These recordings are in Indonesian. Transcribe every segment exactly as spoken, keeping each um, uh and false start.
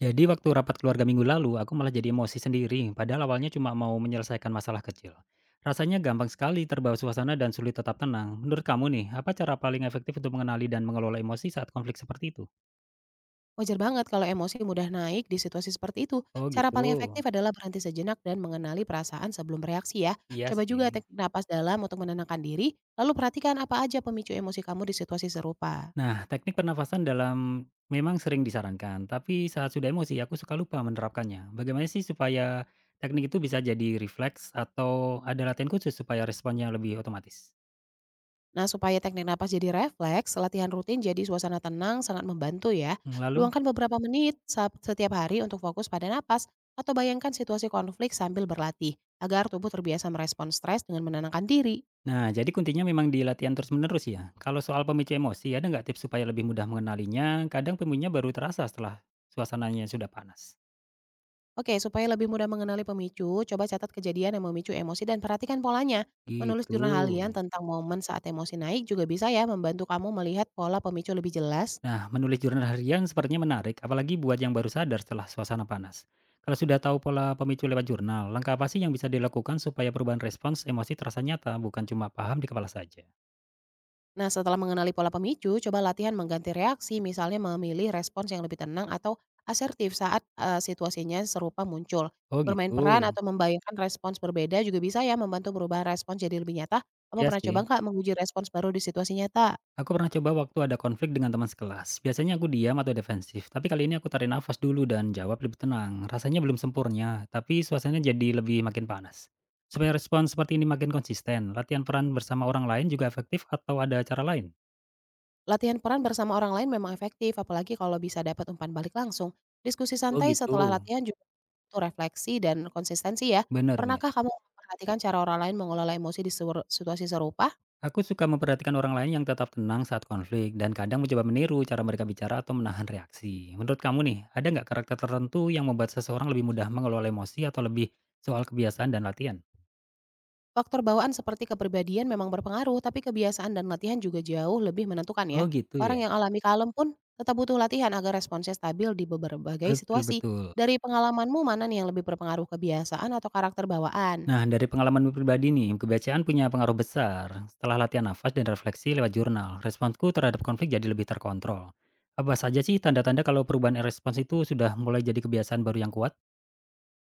Jadi waktu rapat keluarga minggu lalu, aku malah jadi emosi sendiri, padahal awalnya cuma mau menyelesaikan masalah kecil. Rasanya gampang sekali terbawa suasana dan sulit tetap tenang. Menurut kamu nih, apa cara paling efektif untuk mengenali dan mengelola emosi saat konflik seperti itu? Wajar banget kalau emosi mudah naik di situasi seperti itu. Oh Cara gitu, paling efektif adalah berhenti sejenak dan mengenali perasaan sebelum bereaksi ya. iya Coba juga sih. teknik napas dalam untuk menenangkan diri, lalu perhatikan apa aja pemicu emosi kamu di situasi serupa. Nah, teknik pernafasan dalam memang sering disarankan, tapi saat sudah emosi aku suka lupa menerapkannya. Bagaimana sih supaya teknik itu bisa jadi refleks atau ada latihan khusus supaya responnya lebih otomatis? Nah, supaya teknik napas jadi refleks, latihan rutin jadi suasana tenang sangat membantu ya. Hmm, lalu? Luangkan beberapa menit sa- setiap hari untuk fokus pada napas atau bayangkan situasi konflik sambil berlatih agar tubuh terbiasa merespon stres dengan menenangkan diri. Nah, jadi kuncinya memang di latihan terus-menerus ya. Kalau soal pemicu emosi, ada nggak tips supaya lebih mudah mengenalinya? Kadang pemicunya baru terasa setelah suasananya sudah panas. Oke, supaya lebih mudah mengenali pemicu, coba catat kejadian yang memicu emosi dan perhatikan polanya. Menulis jurnal harian Gitu. tentang momen saat emosi naik juga bisa ya membantu kamu melihat pola pemicu lebih jelas. Nah, menulis jurnal harian sepertinya menarik, apalagi buat yang baru sadar setelah suasana panas. Kalau sudah tahu pola pemicu lewat jurnal, langkah apa sih yang bisa dilakukan supaya perubahan respons emosi terasa nyata, bukan cuma paham di kepala saja? Nah, setelah mengenali pola pemicu, coba latihan mengganti reaksi, misalnya memilih respons yang lebih tenang atau asertif saat eh, situasinya serupa muncul. Oh Bermain gitu. peran atau membayangkan respons berbeda juga bisa ya membantu merubah respons jadi lebih nyata. Kamu Iya pernah coba sih, nggak menguji respons baru di situasi nyata? aku pernah coba waktu ada konflik dengan teman sekelas. Biasanya aku diam atau defensif, tapi kali ini aku tarik nafas dulu dan jawab lebih tenang. Rasanya belum sempurna, tapi suasananya jadi lebih makin panas. Supaya respon seperti ini makin konsisten, latihan peran bersama orang lain juga efektif atau ada cara lain? Latihan peran bersama orang lain memang efektif, apalagi kalau bisa dapat umpan balik langsung. Diskusi Oh santai gitu, setelah latihan juga butuh refleksi dan konsistensi ya. benar-benar. Pernahkah kamu memperhatikan cara orang lain mengelola emosi di sewer- situasi serupa? Aku suka memperhatikan orang lain yang tetap tenang saat konflik dan kadang mencoba meniru cara mereka bicara atau menahan reaksi. Menurut kamu nih, ada nggak karakter tertentu yang membuat seseorang lebih mudah mengelola emosi atau lebih soal kebiasaan dan latihan? Faktor bawaan seperti kepribadian memang berpengaruh, tapi kebiasaan dan latihan juga jauh lebih menentukan ya. Oh gitu Orang ya. yang alami kalem pun tetap butuh latihan agar responsnya stabil di berbagai Betul, situasi. betul. Dari pengalamanmu, mana nih yang lebih berpengaruh kebiasaan atau karakter bawaan? Nah, dari pengalaman pribadi nih, kebiasaan punya pengaruh besar. Setelah latihan nafas dan refleksi lewat jurnal, responsku terhadap konflik jadi lebih terkontrol. Apa saja sih tanda-tanda kalau perubahan respons itu sudah mulai jadi kebiasaan baru yang kuat?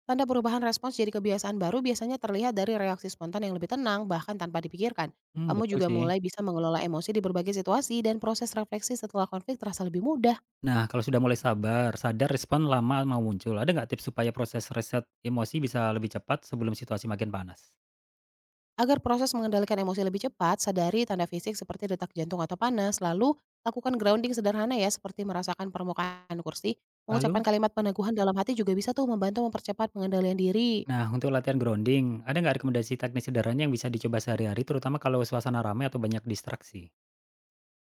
Tanda perubahan respons jadi kebiasaan baru biasanya terlihat dari reaksi spontan yang lebih tenang, bahkan tanpa dipikirkan. Hmm, Kamu betul juga sih. mulai bisa mengelola emosi di berbagai situasi dan proses refleksi setelah konflik terasa lebih mudah. Nah, kalau sudah mulai sabar, sadar respon lama mau muncul, ada nggak tips supaya proses reset emosi bisa lebih cepat sebelum situasi makin panas? Agar proses mengendalikan emosi lebih cepat, sadari tanda fisik seperti detak jantung atau panas, lalu lakukan grounding sederhana ya, seperti merasakan permukaan kursi. Mengucapkan Lalu, kalimat peneguhan dalam hati juga bisa tuh membantu mempercepat pengendalian diri. nah, untuk latihan grounding, ada nggak rekomendasi teknik sederhana yang bisa dicoba sehari-hari, terutama kalau suasana ramai atau banyak distraksi?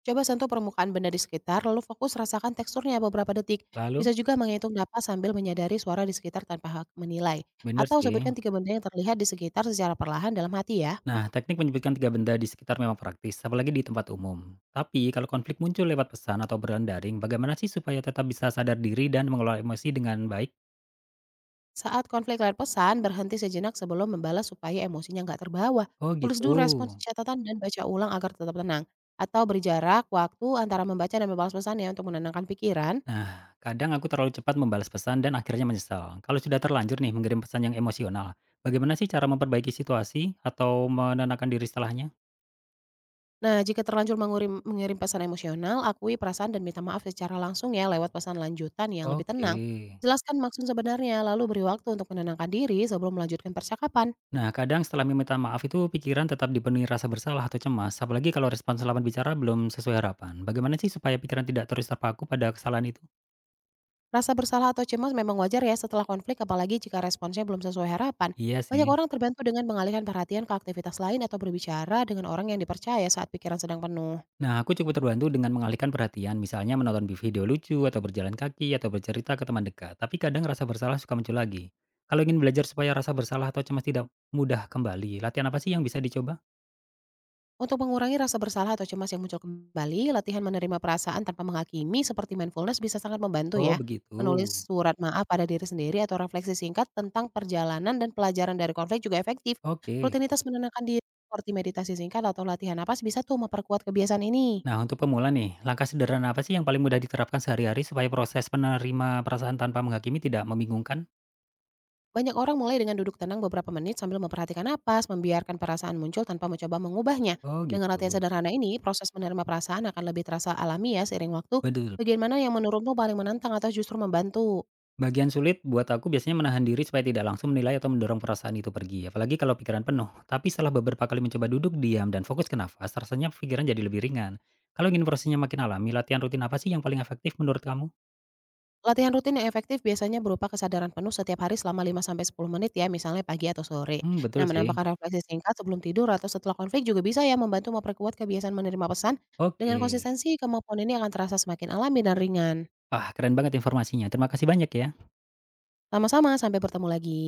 Coba sentuh permukaan benda di sekitar, lalu fokus rasakan teksturnya beberapa detik. Bisa Lalu, juga menghitung napas sambil menyadari suara di sekitar tanpa hak menilai. bener Atau sih. sebutkan tiga benda yang terlihat di sekitar secara perlahan dalam hati ya. Nah, teknik menyebutkan tiga benda di sekitar memang praktis, apalagi di tempat umum. Tapi, kalau konflik muncul lewat pesan atau obrolan daring, bagaimana sih supaya tetap bisa sadar diri dan mengelola emosi dengan baik? Saat konflik lewat pesan, berhenti sejenak sebelum membalas supaya emosinya nggak terbawa. Oh Tulis gitu. dulu respons di catatan dan baca ulang agar tetap tenang. Atau berjarak waktu antara membaca dan membalas pesannya untuk menenangkan pikiran. Nah, kadang aku terlalu cepat membalas pesan dan akhirnya menyesal. Kalau sudah terlanjur nih mengirim pesan yang emosional, bagaimana sih cara memperbaiki situasi atau menenangkan diri setelahnya? Nah, jika terlanjur mengirim mengirim pesan emosional, akui perasaan dan minta maaf secara langsung ya lewat pesan lanjutan yang lebih Oke. tenang. Jelaskan maksud sebenarnya, lalu beri waktu untuk menenangkan diri sebelum melanjutkan percakapan. Nah, kadang setelah meminta maaf itu pikiran tetap dipenuhi rasa bersalah atau cemas, apalagi kalau respon lawan bicara belum sesuai harapan. Bagaimana sih supaya pikiran tidak terus terpaku pada kesalahan itu? Rasa bersalah atau cemas memang wajar ya setelah konflik, apalagi jika responsnya belum sesuai harapan. Iya sih. Banyak orang terbantu dengan mengalihkan perhatian ke aktivitas lain atau berbicara dengan orang yang dipercaya saat pikiran sedang penuh. Nah, aku cukup terbantu dengan mengalihkan perhatian, misalnya menonton video lucu, atau berjalan kaki, atau bercerita ke teman dekat. Tapi kadang rasa bersalah suka muncul lagi. Kalau ingin belajar supaya rasa bersalah atau cemas tidak mudah kembali, latihan apa sih yang bisa dicoba? Untuk mengurangi rasa bersalah atau cemas yang muncul kembali, latihan menerima perasaan tanpa menghakimi seperti mindfulness bisa sangat membantu Oh, ya. begitu. Menulis surat maaf pada diri sendiri atau refleksi singkat tentang perjalanan dan pelajaran dari konflik juga efektif. Oke. Rutinitas menenangkan diri seperti meditasi singkat atau latihan napas bisa tuh memperkuat kebiasaan ini. Nah, untuk pemula nih, langkah sederhana apa sih yang paling mudah diterapkan sehari-hari supaya proses penerima perasaan tanpa menghakimi tidak membingungkan? Banyak orang mulai dengan duduk tenang beberapa menit sambil memperhatikan napas, membiarkan perasaan muncul tanpa mencoba mengubahnya. Oh, Dengan gitu. latihan sederhana ini, proses menerima perasaan akan lebih terasa alami ya seiring waktu. Betul, betul. Bagian mana yang menurutmu paling menantang atau justru membantu? Bagian sulit buat aku biasanya menahan diri supaya tidak langsung menilai atau mendorong perasaan itu pergi, apalagi kalau pikiran penuh. Tapi setelah beberapa kali mencoba duduk diam dan fokus ke nafas, rasanya pikiran jadi lebih ringan. Kalau ingin prosesnya makin alami, latihan rutin apa sih yang paling efektif menurut kamu? Latihan rutin yang efektif biasanya berupa kesadaran penuh setiap hari selama lima sampai sepuluh menit ya, misalnya pagi atau sore. Hmm, Nah, betul sih. menambahkan refleksi singkat sebelum tidur atau setelah konflik juga bisa ya membantu memperkuat kebiasaan menerima pesan. Dengan Oke. konsistensi, kemampuan ini akan terasa semakin alami dan ringan. Wah, keren banget informasinya. Terima kasih banyak ya. Sama-sama, sampai bertemu lagi.